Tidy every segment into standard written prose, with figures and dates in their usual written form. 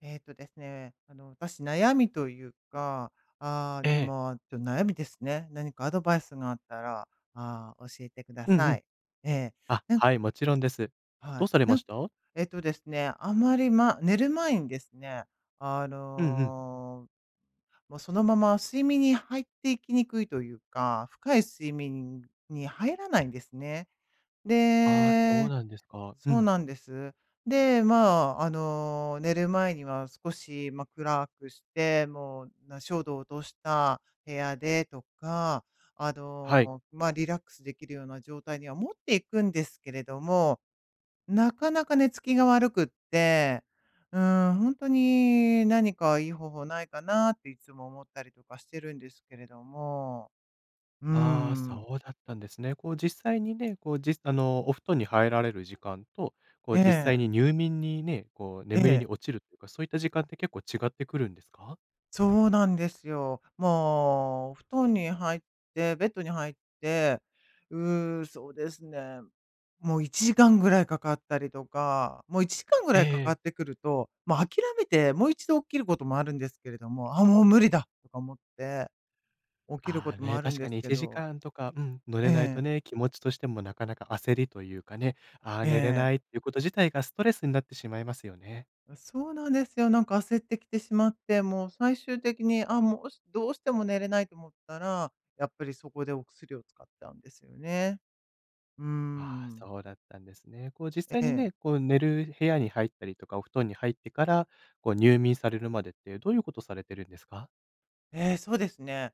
えっとですね、あの、私、悩みというか、あーえでも、え。まあ、ちょっと悩みですね。何かアドバイスがあったら、教えてくだうんうさん。い。えーあ、なんはい、もちろんです。はどうい。されなまんした？えっとですね、あまり、ま、寝る前にですね、あうんうん。の、もうそのまま睡眠に入っていきにくいというか、深い睡眠に入らないんですね。ああ、そうでなんですか。うそうん。なんです。で、まあ、寝る前には少し、まあ、暗くして、もう、な照度を落とした部屋でとか、はい。まあ、リラックスできるような状態には持っていくんですけれども、なかなか寝つきが悪くって、う本当に何かいい方法ないかなっていつも思ったりとかしてるんですけれども。うああ、ん。そうだったんですね。こう実際にね、こうじあの、お布団に入られる時間と、こえう実際にえ、入眠にね、こうえ眠りえ。に落ちるというか、そういった時間って結構違ってくるんですか？そうなんですよ。もう、布団に入って、ベッドに入って、うそうですね、もう1時間ぐらいかかったりとか、もう1時間ぐらえいかかっえ。てくると、もう諦めて、もう一度起きることもあるんですけれども、あ、もう無理だとか思って、起きるあこあ、ともね、あるん確でかすにけ1ど、時間とか、うん、乗えれないえ、とね、気持ちとしてもなかなか焦りというかね、ああ、え寝れえ、ないっていうこと自体がストレスになってしまいますよね。そうなんですよ。なんか焦ってきてしまって、もう最終的に、あ、もうどうしても寝れないと思ったら、やっぱりそこでお薬を使っちゃうんですよね。うーああ、ん、そうだったんですね。こう実え際にえ。ね、こう寝る部屋に入ったりとか、お布団に入ってから、こう入眠されるまでって、どういうことされてるんですか？ええ、そうですね。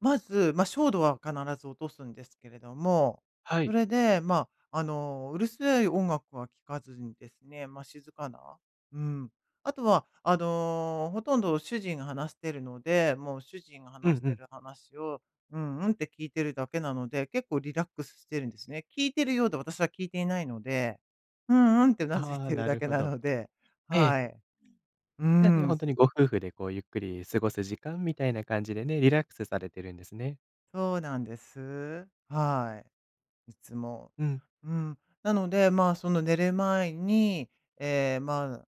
まず、ま、照度は必ず落とすんですけれども、はそい。れで、ま、うるさい音楽は聴かずにですね、ま、静かな、うん。あとは、ほとんど主人が話してるので、もう主人がうん話しうてん。る話を、うんうんって聞いてるだけなので、結構リラックスしてるんですね。聞いてるようで私は聞いていないので、うんうんって頷いああ、てるなだるけほなど。ので、ええ。はい。うーじゃあね、ん。本当にご夫婦でこうゆっくり過ごす時間みたいな感じでね、リラックスされてるんですね。そうなんです。はい。いつも。うん。うん。なので、まあ、その寝る前に、ええ、まあ、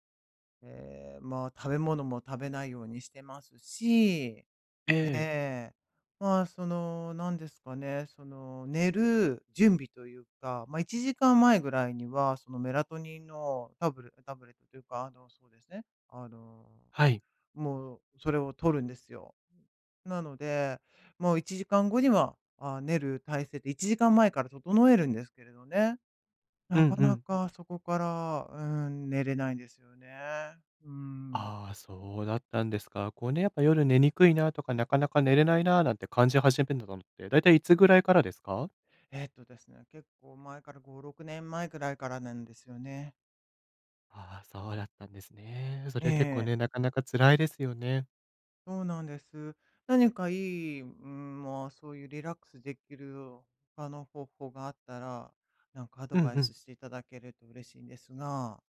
ええ、まあ、食べ物も食べないようにしてますし、えええ、え、まあ、その、なんですかね、その、寝る準備というか、まあ、1時間前ぐらいには、そのメラトニンのタブレットというか、そうですね、はい。もうそれを取るんですよ。なので、もう1時間後には、あ、寝る体勢って1時間前から整えるんですけれどね、うなんかうなん。かそこから、寝れないんですよね。うん。ああ、そうだったんですか。こうね、やっぱ夜寝にくいなとか、なかなか寝れないななんて感じ始めたのって、だいたいいつぐらいからですか？えっとですね、結構前から5、6年前くらいからなんですよね。ああ、そうだったんですね。そえれは結構え、ね、なかなか辛いですよね。そうなんです。何かいい、うん、まあ、そういうリラックスできる他の方法があったら、なんかアドうんバイうん。スしていただけると嬉しいんですが。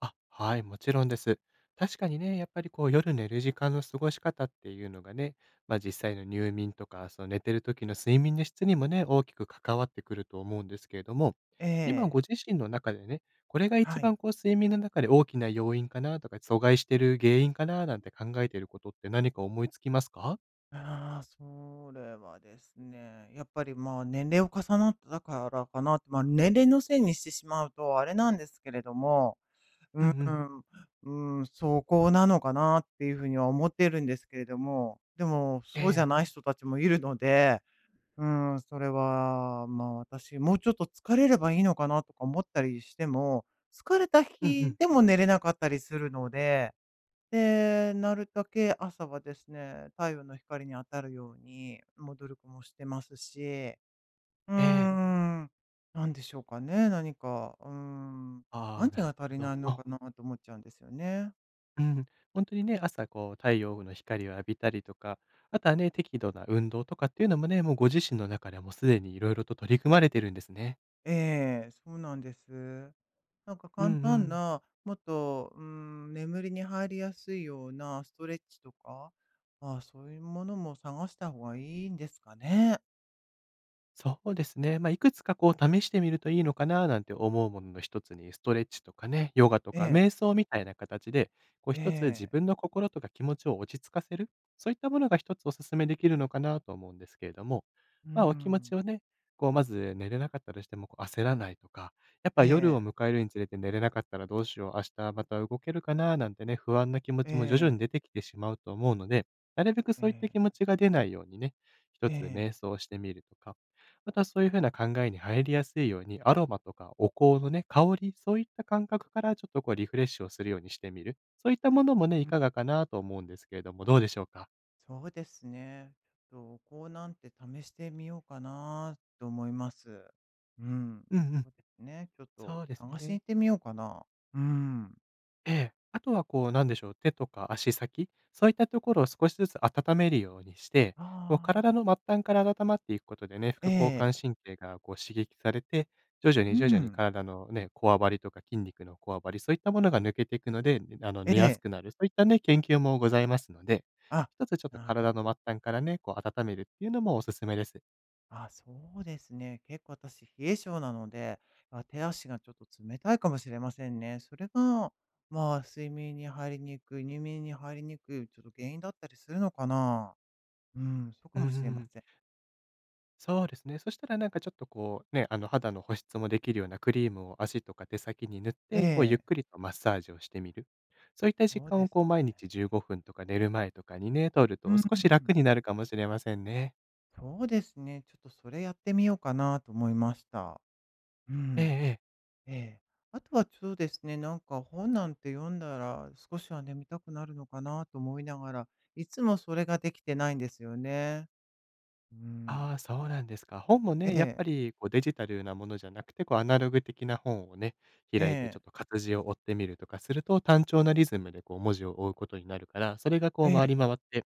あ、はい、もちろんです。確かにね、やっぱりこう夜寝る時間の過ごし方っていうのがね、まあ実際の入眠とか、その寝てる時の睡眠の質にもね、大きく関わってくると思うんですけれども、え今え。ご自身の中でね、これがは一い。番こう睡眠の中で大きな要因かなとか、阻害してる原因かななんて考えていることって何か思いつきますか？ああ、それはですね、やっぱり、まあ、年齢を重なったからかなって、まあ、年齢のせいにしてしまうとあれなんですけれども、ううーんうん。ん、うん、そこなのかなっていうふうには思ってるんですけれども、でも、えそうじゃえ。ない人たちもいるので、うん、それは、まあ、私、もうちょっと疲れればいいのかなとか思ったりしても、疲れたうんう日ん。でも寝れなかったりするので、で、なるだけ朝はですね、太陽の光に当たるように、もう努力もしてますし、うーええ。ん、なんでしょうかね、何か、うーん、あ何あ、なるが足ほりないのかど。なと思っちゃうんですよね。うん、本当にね、朝こう太陽の光を浴びたりとか、あとはね、適度な運動とかっていうのもね、もうご自身の中ではもうすでに色々と取り組まれてるんですね。ええ、そうなんです。なんかうんう簡単ん。な、もっと、うーん、眠りに入りやすいようなストレッチとか、ああ、そういうものも探した方がいいんですかね。そうですね。まあ、いくつかこう試してみるといいのかななんて思うものの一つに、ストレッチとかね、ヨガとえかえ、瞑想みたいな形で、こうえ一つ自え、分の心とか気持ちを落ち着かせる、そういったものが一つお勧めできるのかなと思うんですけれども、うーまあ、お気持ちん、をね、こうまず寝れなかったとしてもこう焦らないとか、やっぱえ夜をえ、迎えるにつれて寝れなかったらどうしよう、明日また動けるかななんてね、不安な気持えちも徐々に出え。てきてしまうと思うので、なるべくえそういったえ、気持ちが出ないようにね、一えつえ、瞑想してみるとか、またそういう風な考えに入りやすいように、アロマとかお香のね、香り、そういった感覚からちょっとこうリフレッシュをするようにしてみる。そういったものもね、ういん、かがかなと思うんですけれども、どうでしょうか？そうですね。ちょっとこうなんて試してみようかなと思います。うん、うんうん、そうですね。ちょっとそうですよ探しね。に行ってみようかな。うん。ええ。あとはこう、なんでしょう、手とか足先、そういったところを少しずつ温めるようにして、あこうあ、体の末端から温まっていくことでね、副え交感え、神経がこう刺激されて、徐々うに徐々にん、体のね、こわばりとか筋肉のこわばり、そういったものが抜けていくので、あのえ寝やすえ、くなる、そういったね、研究もございますので、あ、一つちょっとなる体のほ末ど。端からね、こう温めるっていうのもおすすめです。あ、そうですね。結構私冷え性なので、あ、手足がちょっと冷たいかもしれませんね。それが、まあ、睡眠に入りにくい、入眠に入りにくい、ちょっと原因だったりするのかな。うん、そうかうんうもんうしれまん。せん。そうですね。そしたらなんかちょっとこうね、あの肌の保湿もできるようなクリームを足とか手先に塗っえて、こうゆっえ、くりとマッサージをしてみる。そういった時そう間でをこすう毎ね。日15分とか寝る前とかにね、取るうとん、少し楽になるかもしれませんね。そうですね。ちょっとそれやってみようかなと思いました。うええん、ええ。ええ。あとはそうですね、なんか本なんて読んだら少しは眠たくなるのかなと思いながら、いつもそれができてないんですよね。うん、ああ、そうなんですか。本もえね、やっえ、ぱりこうデジタルなものじゃなくて、こうアナログ的な本をね、え開いてちえ、ょっと活字を追ってみるとかすると、単調なリズムでこう文字を追うことになるから、それがこえう回え、り回って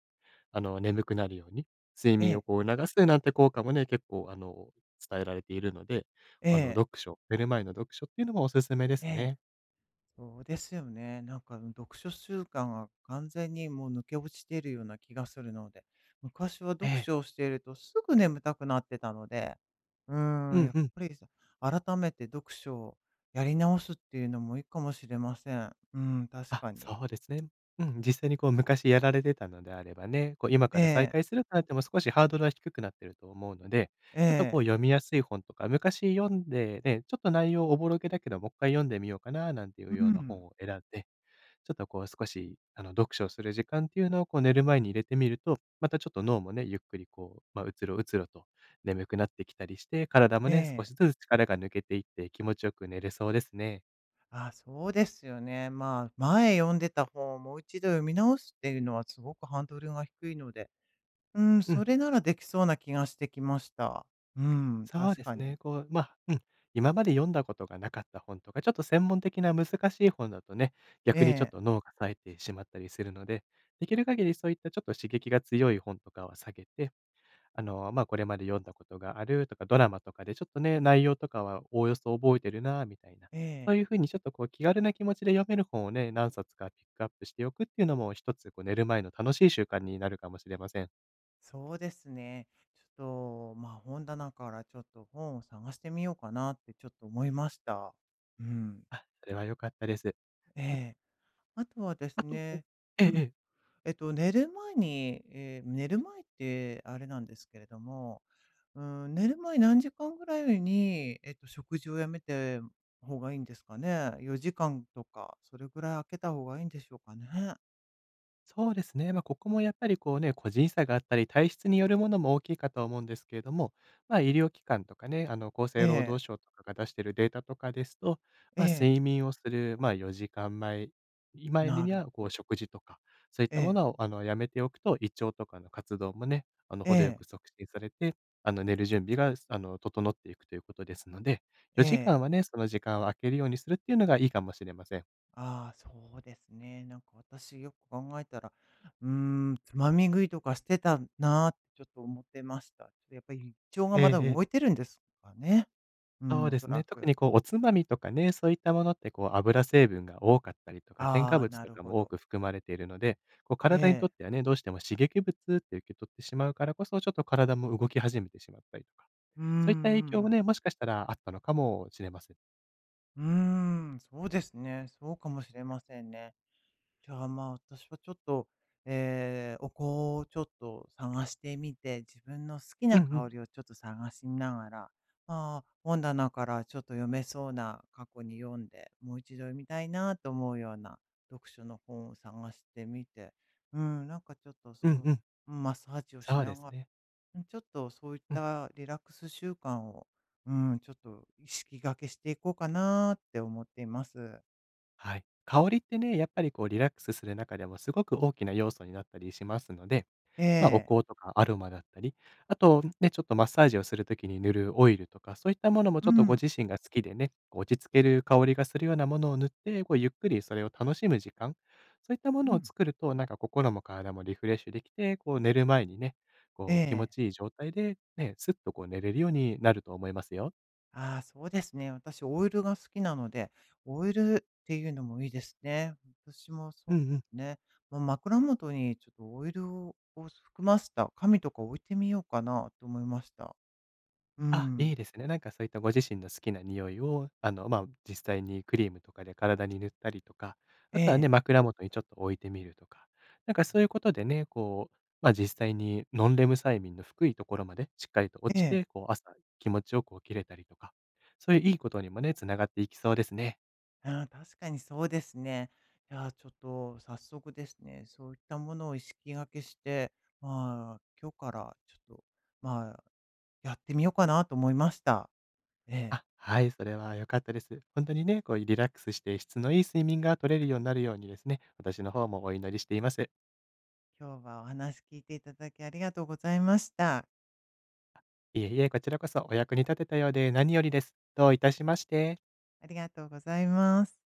あの、眠くなるように、睡え眠をえ、こう促すなんて効果もね、結構あの、伝えられているので、えあの、え、読書、寝る前の読書っていうのもおすすめでえすえ。ね。そうですよね。なんか、うん、読書習慣が完全にもう抜け落ちているような気がするので、昔はえ読え。書をしているとすぐ眠たくなってたので、うーうん、んやっうん。ぱりさ改めて読書をやり直すっていうのもいいかもしれません。うん、確あ、かに。そうですね。うん、実際にこう昔やられてたのであればね、こう今えから再え、開するとなっても少しハードルは低くなってると思うので、えちょっとこうえ、読みやすい本とか、昔読んでね、ちょっと内容おぼろげだけど、もう一回読んでみようかななんていううようなん、本を選んで、ちょっとこう少し、あの、読書をする時間っていうのをこう寝る前に入れてみると、またちょっと脳もね、ゆっくりこう、まあ、うつろうつろと眠くなってきたりして、体もえね、少え。しずつ力が抜けていって気持ちよく寝れそうですね。あ、そうですよね。まあ、前読んでた本をもう一度読み直すっていうのはすごくハンドルが低いので、うん、うそん、れならできそうな気がしてきました。うん、そう確でかすに。ね。こう、まあ、うん、今まで読んだことがなかった本とか、ちょっと専門的な難しい本だとね、え逆にちょっとえ、脳が冴えてしまったりするので、できる限りそういったちょっと刺激が強い本とかは下げて、あの、まあ、これまで読んだことがあるとか、ドラマとかでちょっとね、内容とかはおおよそ覚えてるなみたいな、えそうえ、いう風にちょっとこう気軽な気持ちで読める本をね、何冊かピックアップしておくっていうのも一つこう寝る前の楽しい習慣になるかもしれません。そうですね。ちょっと、まあ、本棚からちょっと本を探してみようかなってちょっと思いました。うん、あ、それは良かったです。ええ。あとはですあとこうね、ええうえん、え。寝る前に、寝る前ってあれなんですけれども、うん、寝る前何時間ぐらいに、食事をやめて方がいいんですかね。4時間とか、それぐらい空けた方がいいんでしょうかね。そうですね。まあ、ここもやっぱりこうね、個人差があったり、体質によるものも大きいかとは思うんですけれども、まあ、医療機関とかね、あの、厚え生労え、働省とかが出しているデータとかですと、えまあ、え、睡眠をする、まあ、4時間前いまえになにるは、こうほど。食事とか、そういっえたもえ、のを、あの、やめておくと、胃腸とかの活動もね、あの、え程よえ、く促進されて、あの、寝る準備が、あの、整っていくということですので、え4時え。間はね、その時間を空けるようにするっていうのがいいかもしれません。ああ、そうですね。なんか私よく考えたら、うーつまみ食いとかしてたなーってちょっと思ってました。ちょっとやっぱり胃腸がまだえええ。動いてるんですかね。うそん、うおでそすらね。特く。にこう、おつまみとかね、そういったものってこう、油成分が多かったりとか、添あ加あ、物なとるかほも多ど。く含まれているので、こう、え体にとえ。ってはね、どうしても刺激物って受け取ってしまうからこそ、ちょっと体も動き始めてしまったりとか、うーん、うそういった影響もん。ね、もしかしたらあったのかもしれません。うーん、そうですね。そうかもしれませんね。じゃあ、まあ、私はちょっと、お香をちょっと探してみて、自分の好きうんうなん、香りをちょっと探しながら、まあ、本棚からちょっと読めそうな過去に読んで、もう一度読みたいなと思うような読書の本を探してみて、うん、なんかちょっとうんそう、うん。マッサージをしそうなですがら、ね。うんちょっとそういっうん、たリラックス習慣を、うん、ちょっと意識がけしていこうかなって思っています。はい。香りってね、やっぱりこうリラックスする中でもすごく大きな要素になったりしますので、まあ、おええ香とかアロマだったり、あとね、ちょっとマッサージをするときに塗るオイルとか、そういったものもうちょっとごん、自身が好きでね、こう落ち着ける香りがするようなものを塗って、こうゆっくりそれを楽しむ時間、そういったもうのをん、作ると、なんか心も体もリフレッシュできて、こう寝る前にね、こう気持ええ、ちいい状態で、ね、すっとこう寝れるようになると思いますよ。ああ、そうですね。私オイルが好きなので、オイルっていうのもいいですね。私もうそんうん。うね。まあ、枕元にちょっとオイルを含ませた紙とか置いてみようかなと思いました。うあ、いいん。ですね。なんかそういったご自身の好きな匂いを、あの、まあ、実際にクリームとかで体に塗ったりとか、えあとはね、え。枕元にちょっと置いてみるとか、なんかそういうことでね、こう、ま、実際にノンレム催眠の低いところまでしっかりと落えちえ。て、こう朝気持ちよく起きれたりとか、そういういいことにもね、つながっていきそうですね。ああ、確かにそうですね。いやー、ちょっと早速ですね、そういったものを意識がけして、まあ、今日からちょっと、まあ、やってみようかなと思いました。えあ、え。はい、それは良かったです。本当にね、こうリラックスして質のいい睡眠が取れるようになるようにですね、私の方もお祈りしています。今日はお話聞いていただきありがとうございました。いえいえ、こちらこそお役に立てたようで何よりです。どういたしまして。ありがとうございます。